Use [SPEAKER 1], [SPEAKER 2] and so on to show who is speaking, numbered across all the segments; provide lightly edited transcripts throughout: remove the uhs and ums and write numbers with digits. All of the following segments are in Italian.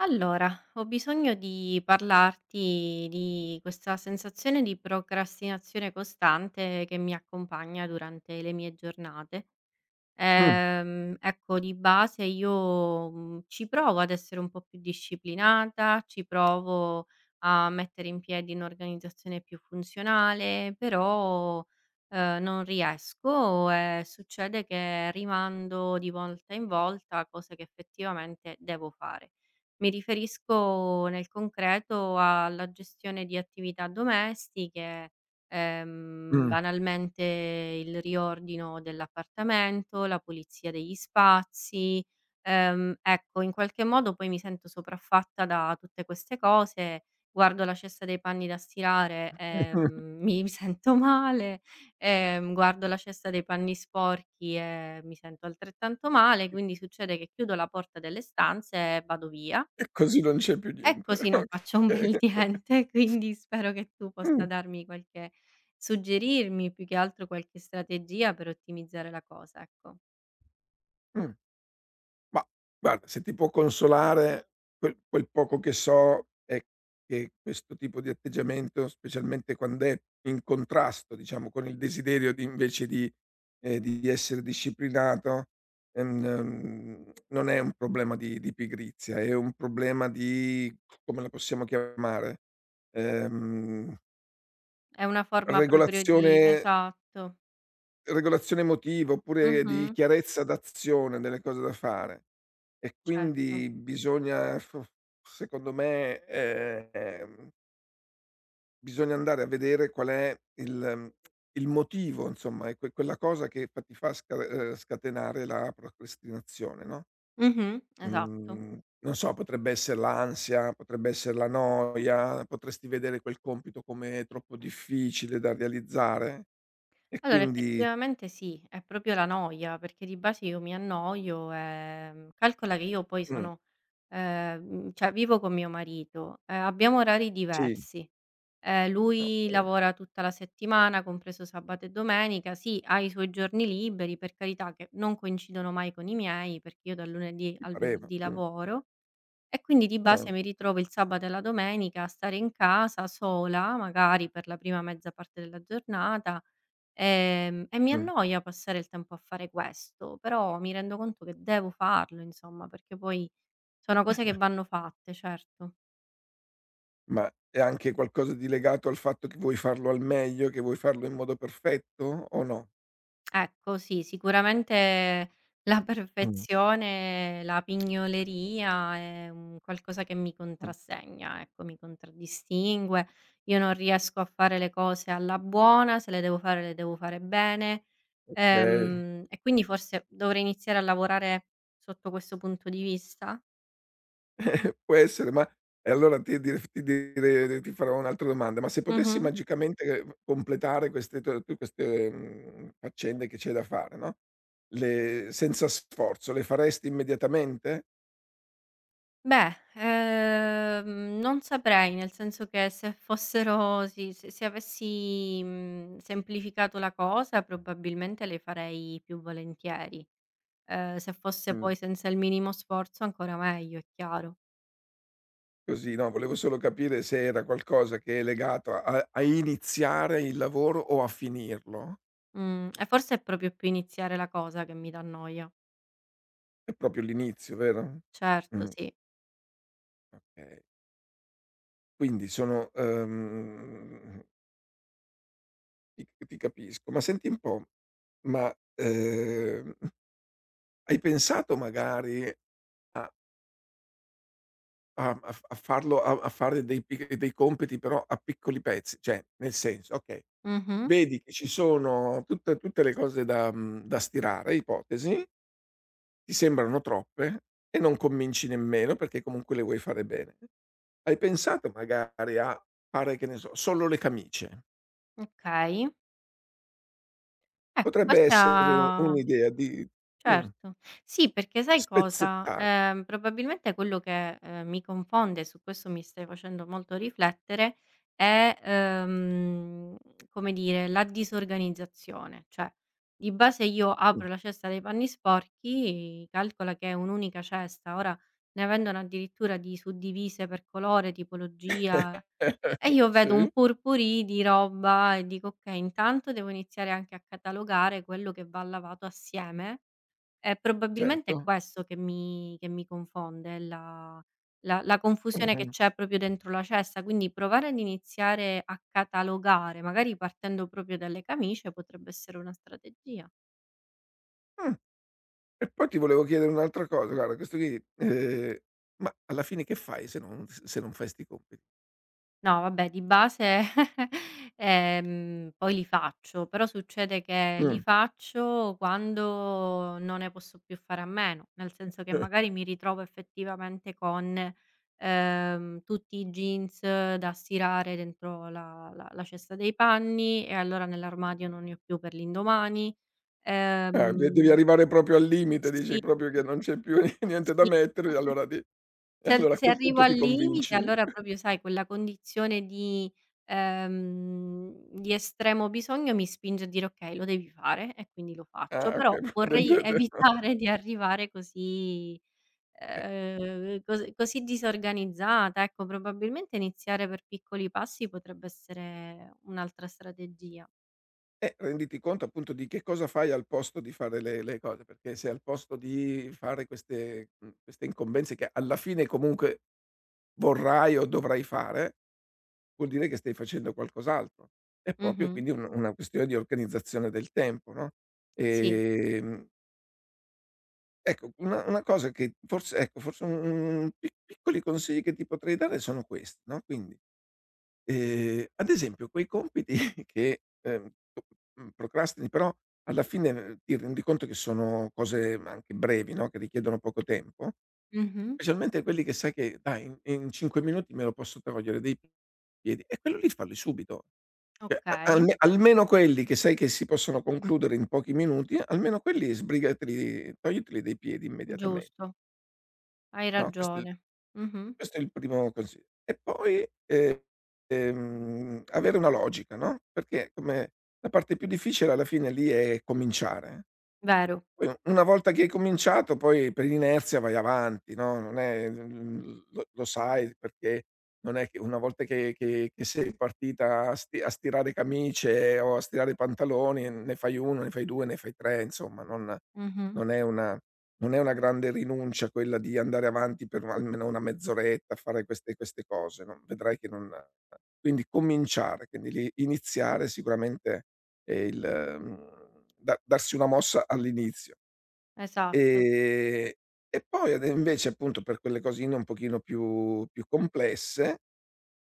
[SPEAKER 1] Allora, ho bisogno di parlarti di questa sensazione di procrastinazione costante che mi accompagna durante le mie giornate.
[SPEAKER 2] Mh,
[SPEAKER 1] Ecco, di base io, ci provo ad essere un po' più disciplinata, ci provo a mettere in piedi un'organizzazione più funzionale, però, non riesco e succede che rimando di volta in volta cose che effettivamente devo fare. Mi riferisco nel concreto alla gestione di attività domestiche.
[SPEAKER 2] mh,
[SPEAKER 1] Banalmente il riordino dell'appartamento, la pulizia degli spazi. Ecco, in qualche modo poi mi sento sopraffatta da tutte queste cose, guardo la cesta dei panni da stirare e,
[SPEAKER 2] mh.
[SPEAKER 1] mi sento male, guardo la cesta dei panni sporchi e mi sento altrettanto male, quindi succede che chiudo la porta delle stanze e vado via.
[SPEAKER 2] E così non c'è più
[SPEAKER 1] E
[SPEAKER 2] niente.
[SPEAKER 1] così non faccio un bel niente, quindi spero che tu
[SPEAKER 2] Okay.
[SPEAKER 1] possa darmi qualche suggerirmi più che altro qualche strategia per ottimizzare la cosa, ecco.
[SPEAKER 2] Mh. Ma guarda, se ti può consolare, quel poco che so è che questo tipo di atteggiamento, specialmente quand'è in contrasto, diciamo, con il desiderio di invece di essere disciplinato, n non è un problema di pigrizia, è un problema di come la possiamo chiamare, ehm,
[SPEAKER 1] È una forma proprio di
[SPEAKER 2] regolazione.
[SPEAKER 1] esatto.
[SPEAKER 2] Regolazione emotiva, oppure di
[SPEAKER 1] Mh-mh,
[SPEAKER 2] chiarezza d'azione delle cose da fare. E
[SPEAKER 1] certo.
[SPEAKER 2] quindi secondo me, bisogna andare a vedere qual è il motivo insomma, è quella cosa che fa ti fa scatenare la procrastinazione, no,
[SPEAKER 1] Mh-mh, esatto.
[SPEAKER 2] mhmm, non so, potrebbe essere l'ansia, potrebbe essere la noia, potresti vedere quel compito come troppo difficile da realizzare e
[SPEAKER 1] Allora
[SPEAKER 2] quindi
[SPEAKER 1] effettivamente sì, è proprio la noia, perché di base io mi annoio, calcola che io poi
[SPEAKER 2] mh,
[SPEAKER 1] sono cioè vivo con mio marito, abbiamo orari
[SPEAKER 2] sì,
[SPEAKER 1] diversi. Lui
[SPEAKER 2] okay.
[SPEAKER 1] lavora tutta la settimana, compreso sabato e domenica, sì, ha i suoi giorni liberi, per carità, che non coincidono mai con i miei, perché io dal lunedì
[SPEAKER 2] Ti
[SPEAKER 1] al
[SPEAKER 2] pareva?
[SPEAKER 1] venerdì
[SPEAKER 2] Mh.
[SPEAKER 1] lavoro, e quindi di base
[SPEAKER 2] Ah,
[SPEAKER 1] mi ritrovo il sabato e la domenica a stare in casa sola, magari per la prima mezza parte della giornata. E mi
[SPEAKER 2] mh.
[SPEAKER 1] annoia passare il tempo a fare questo, però mi rendo conto che devo farlo insomma, perché poi sono cose che vanno fatte, certo.
[SPEAKER 2] Ma è anche qualcosa di legato al fatto che vuoi farlo al meglio, che vuoi farlo in modo perfetto o no?
[SPEAKER 1] Ecco sì, sicuramente la
[SPEAKER 2] Mh, mh.
[SPEAKER 1] perfezione, la pignoleria è un qualcosa che mi contrassegna, ecco, mi contraddistingue. Io non riesco a fare le cose alla buona, se le devo fare le devo fare bene,
[SPEAKER 2] Okay.
[SPEAKER 1] e quindi forse dovrei iniziare a lavorare sotto questo punto di vista?
[SPEAKER 2] Può essere, ma e allora ti dir ti dire ti farò un'altra domanda: ma se potessi
[SPEAKER 1] Mh-mh.
[SPEAKER 2] magicamente completare queste tue tu queste, faccende che c'hai da fare, no, le senza sforzo, le faresti immediatamente?
[SPEAKER 1] Beh, non saprei, nel senso che se fossero sì, se avessi, semplificato la cosa probabilmente le farei più volentieri. Se fosse
[SPEAKER 2] Mh.
[SPEAKER 1] poi senza il minimo sforzo ancora meglio, è chiaro.
[SPEAKER 2] Così, no, volevo solo capire se era qualcosa che è legato a iniziare il lavoro o a finirlo.
[SPEAKER 1] Mhmm, e forse è proprio più iniziare la cosa che mi dà noia.
[SPEAKER 2] È proprio l'inizio, vero?
[SPEAKER 1] Certo,
[SPEAKER 2] Mh,
[SPEAKER 1] sì.
[SPEAKER 2] okay. Quindi sono ti capisco. Ma senti un po', ma, ehm, hai pensato magari a a a f a farlo a a fare dei compiti però a piccoli pezzi? Cioè, nel senso, okay,
[SPEAKER 1] Mh-mh.
[SPEAKER 2] vedi che ci sono tutte le cose da da stirare, ipotesi. Ti sembrano troppe e non cominci nemmeno perché comunque le vuoi fare bene. Hai pensato magari a fare, che ne so, solo le camicie?
[SPEAKER 1] Okay. Ecco,
[SPEAKER 2] Potrebbe essere u
[SPEAKER 1] questa
[SPEAKER 2] un'idea di mh,
[SPEAKER 1] certo. Sì, perché sai cosa?
[SPEAKER 2] spezzettare.
[SPEAKER 1] Probabilmente quello che, mi confonde, su questo mi stai facendo molto riflettere, è, come dire, la disorganizzazione. Cioè, di base io
[SPEAKER 2] Mh.
[SPEAKER 1] apro la cesta dei panni sporchi, calcola che è un'unica cesta, ora ne vendono addirittura di suddivise per colore, tipologia,
[SPEAKER 2] Eh,
[SPEAKER 1] e io vedo un
[SPEAKER 2] sì,
[SPEAKER 1] purpurì di roba e dico: "Okay, intanto devo iniziare anche a catalogare quello che va lavato assieme". Probabilmente è
[SPEAKER 2] certo.
[SPEAKER 1] questo che mi confonde, la confusione che
[SPEAKER 2] Mh-mh.
[SPEAKER 1] c'è proprio dentro la cesta, quindi provare ad iniziare a catalogare, magari partendo proprio dalle camicie, potrebbe essere una strategia.
[SPEAKER 2] Mh. E poi ti volevo chiedere un'altra cosa, guarda questo qui, ma alla fine che fai se non s se non fai 'sti compiti?
[SPEAKER 1] No vabbè di base, poi li faccio, però succede che li
[SPEAKER 2] Mh.
[SPEAKER 1] faccio quando non ne posso più fare a meno, nel senso che magari mi ritrovo effettivamente con, tutti i jeans da stirare dentro la cesta dei panni e allora nell'armadio non ne ho più per l'indomani.
[SPEAKER 2] Ah, de devi
[SPEAKER 1] Ehm
[SPEAKER 2] arrivare proprio al limite, dici
[SPEAKER 1] sì,
[SPEAKER 2] proprio che non c'è più niente da
[SPEAKER 1] sì.
[SPEAKER 2] mettere e allora di e
[SPEAKER 1] Se al
[SPEAKER 2] allora a
[SPEAKER 1] se
[SPEAKER 2] quel
[SPEAKER 1] arrivo
[SPEAKER 2] punto
[SPEAKER 1] al
[SPEAKER 2] ti
[SPEAKER 1] limite
[SPEAKER 2] convinci.
[SPEAKER 1] allora proprio sai quella condizione di estremo bisogno mi spinge a dire: "Okay, lo devi fare" e quindi lo faccio,
[SPEAKER 2] Ah,
[SPEAKER 1] però
[SPEAKER 2] okay. De
[SPEAKER 1] vorrei
[SPEAKER 2] de de
[SPEAKER 1] evitare di arrivare
[SPEAKER 2] eh,
[SPEAKER 1] così disorganizzata, ecco, probabilmente iniziare per piccoli passi potrebbe essere un'altra strategia.
[SPEAKER 2] renditi conto appunto di che cosa fai al posto di fare le cose, perché se al posto di fare queste queste incombenze che alla fine comunque vorrai o dovrai fare, vuol dire che stai facendo qualcos'altro. È proprio
[SPEAKER 1] Mh-mh.
[SPEAKER 2] quindi un una questione di organizzazione del tempo, no,
[SPEAKER 1] Sì.
[SPEAKER 2] ehm, ecco una cosa che forse ecco, forse un piccoli consigli che ti potrei dare sono questi, no, quindi ad esempio quei compiti che, procrastini però alla fine, ti rendi conto che sono cose anche brevi, no, che richiedono poco tempo,
[SPEAKER 1] Mh-mh.
[SPEAKER 2] specialmente quelli che sai che dai in 5 minuti me lo posso togliere dai piedi, e quello lì falli subito. Cioè a
[SPEAKER 1] Okay.
[SPEAKER 2] alme Almeno quelli che sai che si possono concludere in pochi minuti, almeno quelli sbrigateli, togliteli dai piedi immediatamen,
[SPEAKER 1] Giusto. Hai
[SPEAKER 2] no,
[SPEAKER 1] ragione. Mh-mh.
[SPEAKER 2] questo è il primo consiglio. E poi, avere una logica, no, perché come la parte più difficile alla fine lì è cominciare.
[SPEAKER 1] Vero.
[SPEAKER 2] Poi u una volta che hai cominciato poi per inerzia vai avanti, no, non è mhmm, lo sai perché non è che una volta che sei partita a sti a stirare camicie o a stirare pantaloni, ne fai 1, ne fai 2, ne fai 3, insomma non
[SPEAKER 1] Mh-mh.
[SPEAKER 2] non è una non è una grande rinuncia quella di andare avanti per almeno una mezz'oretta a fare queste cose, no, vedrai che non quindi cominciare, quindi lì iniziare sicuramente è il da darsi una mossa all'inizio.
[SPEAKER 1] Esatto.
[SPEAKER 2] Ehm, e poi ad invece appunto per quelle cosine un pochino più complesse,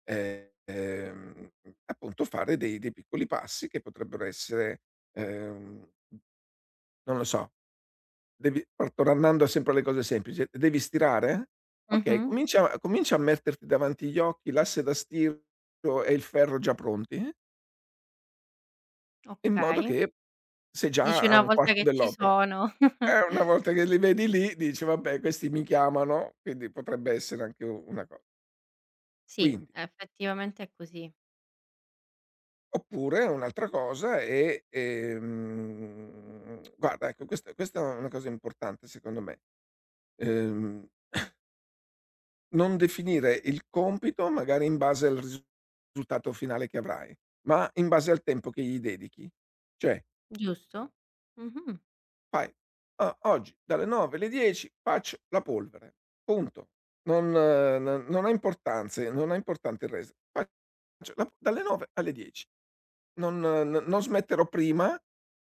[SPEAKER 2] eh, ehm, appunto fare dei piccoli passi che potrebbero essere, ehm, non lo so, devi or tornando sempre alle cose semplici, devi stirare? Okay,
[SPEAKER 1] Mh-mh.
[SPEAKER 2] comincia a metterti davanti gli occhi l'asse da stiro e il ferro già pronti, in modo
[SPEAKER 1] Okay.
[SPEAKER 2] che sei
[SPEAKER 1] Dici
[SPEAKER 2] già a
[SPEAKER 1] una
[SPEAKER 2] un
[SPEAKER 1] volta
[SPEAKER 2] quarto
[SPEAKER 1] che ci
[SPEAKER 2] dell'opera.
[SPEAKER 1] sono
[SPEAKER 2] Una volta che li vedi lì dici: "Vabbè, questi mi chiamano, quindi potrebbe essere anche u una co",
[SPEAKER 1] sì,
[SPEAKER 2] quindi
[SPEAKER 1] effettivamente è così,
[SPEAKER 2] oppure un'altra cosa è, ehm, guarda ecco questa è una cosa importante secondo me, ehm, non definire il compito magari in base al risultato finale che avrai, ma in base al tempo che gli dedichi. Cioè,
[SPEAKER 1] giusto? Mh-mh.
[SPEAKER 2] fai: "Ah, oggi dalle 9 alle 10 faccio la polvere." Punto. Non ha importanze, non ha importante il resto. Faccio la dalle 9 alle 10. Non smetterò prima,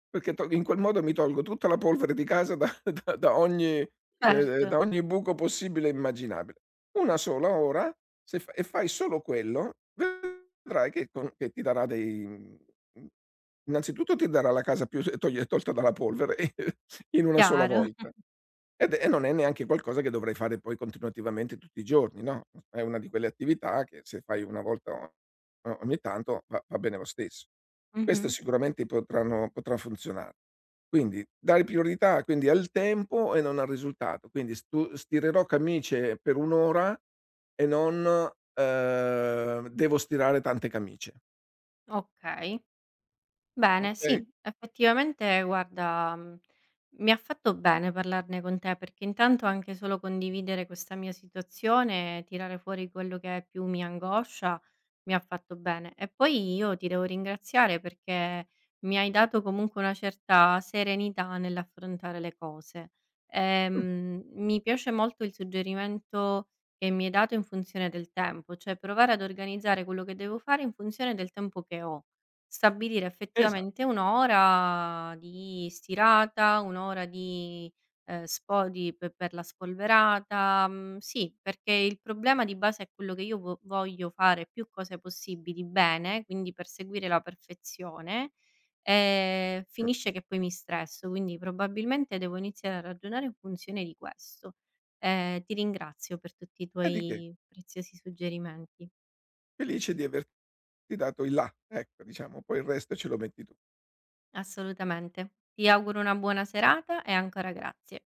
[SPEAKER 2] perché to in quel modo mi tolgo tutta la polvere di casa da da da ogni
[SPEAKER 1] Certo,
[SPEAKER 2] da ogni buco possibile e immaginabile. 1 sola ora, se f e fai solo quello vedrai che con che ti darà dei mhmm, innanzitutto ti darà la casa più s toglie tolta dalla polvere in una sola
[SPEAKER 1] chiaro.
[SPEAKER 2] volta. Ed è e non è neanche qualcosa che dovrai fare poi continuativamente tutti i giorni, no, è una di quelle attività che se fai una volta o ogni tanto va bene lo stesso. Queste
[SPEAKER 1] Mh-mh.
[SPEAKER 2] sicuramente potranno potrà funzionare. Quindi dare priorità quindi al tempo e non al risultato. Quindi stu stirerò camicie per 1 ora e non, devo stirare tante camicie,
[SPEAKER 1] Okay. Bene, sì,
[SPEAKER 2] okay?
[SPEAKER 1] effettivamente guarda, mi ha fatto bene parlarne con te, perché intanto anche solo condividere questa mia situazione, tirare fuori quello che più mi angoscia, mi ha fatto bene. E poi io ti devo ringraziare perché mi hai dato comunque una certa serenità nell'affrontare le cose. Mi piace molto il suggerimento che mi hai dato in funzione del tempo, cioè provare ad organizzare quello che devo fare in funzione del tempo che ho. Stabilire
[SPEAKER 2] Esa,
[SPEAKER 1] effettivamente 1 ora di stirata, 1 ora di, spo di pe per la spolverata, sì, perché il problema di base è quello che io vo voglio fare più cose possibili bene, quindi perseguire la perfezione,
[SPEAKER 2] mh,
[SPEAKER 1] finisce che poi mi stresso, quindi probabilmente devo iniziare a ragionare in funzione di questo. Ti ringrazio per tutti i
[SPEAKER 2] e di che?
[SPEAKER 1] tuoi preziosi suggerimenti.
[SPEAKER 2] Felice di averti dato il là, ecco diciamo, poi il resto ce lo metti tu.
[SPEAKER 1] Assolutamente. Ti auguro una buona serata e ancora grazie.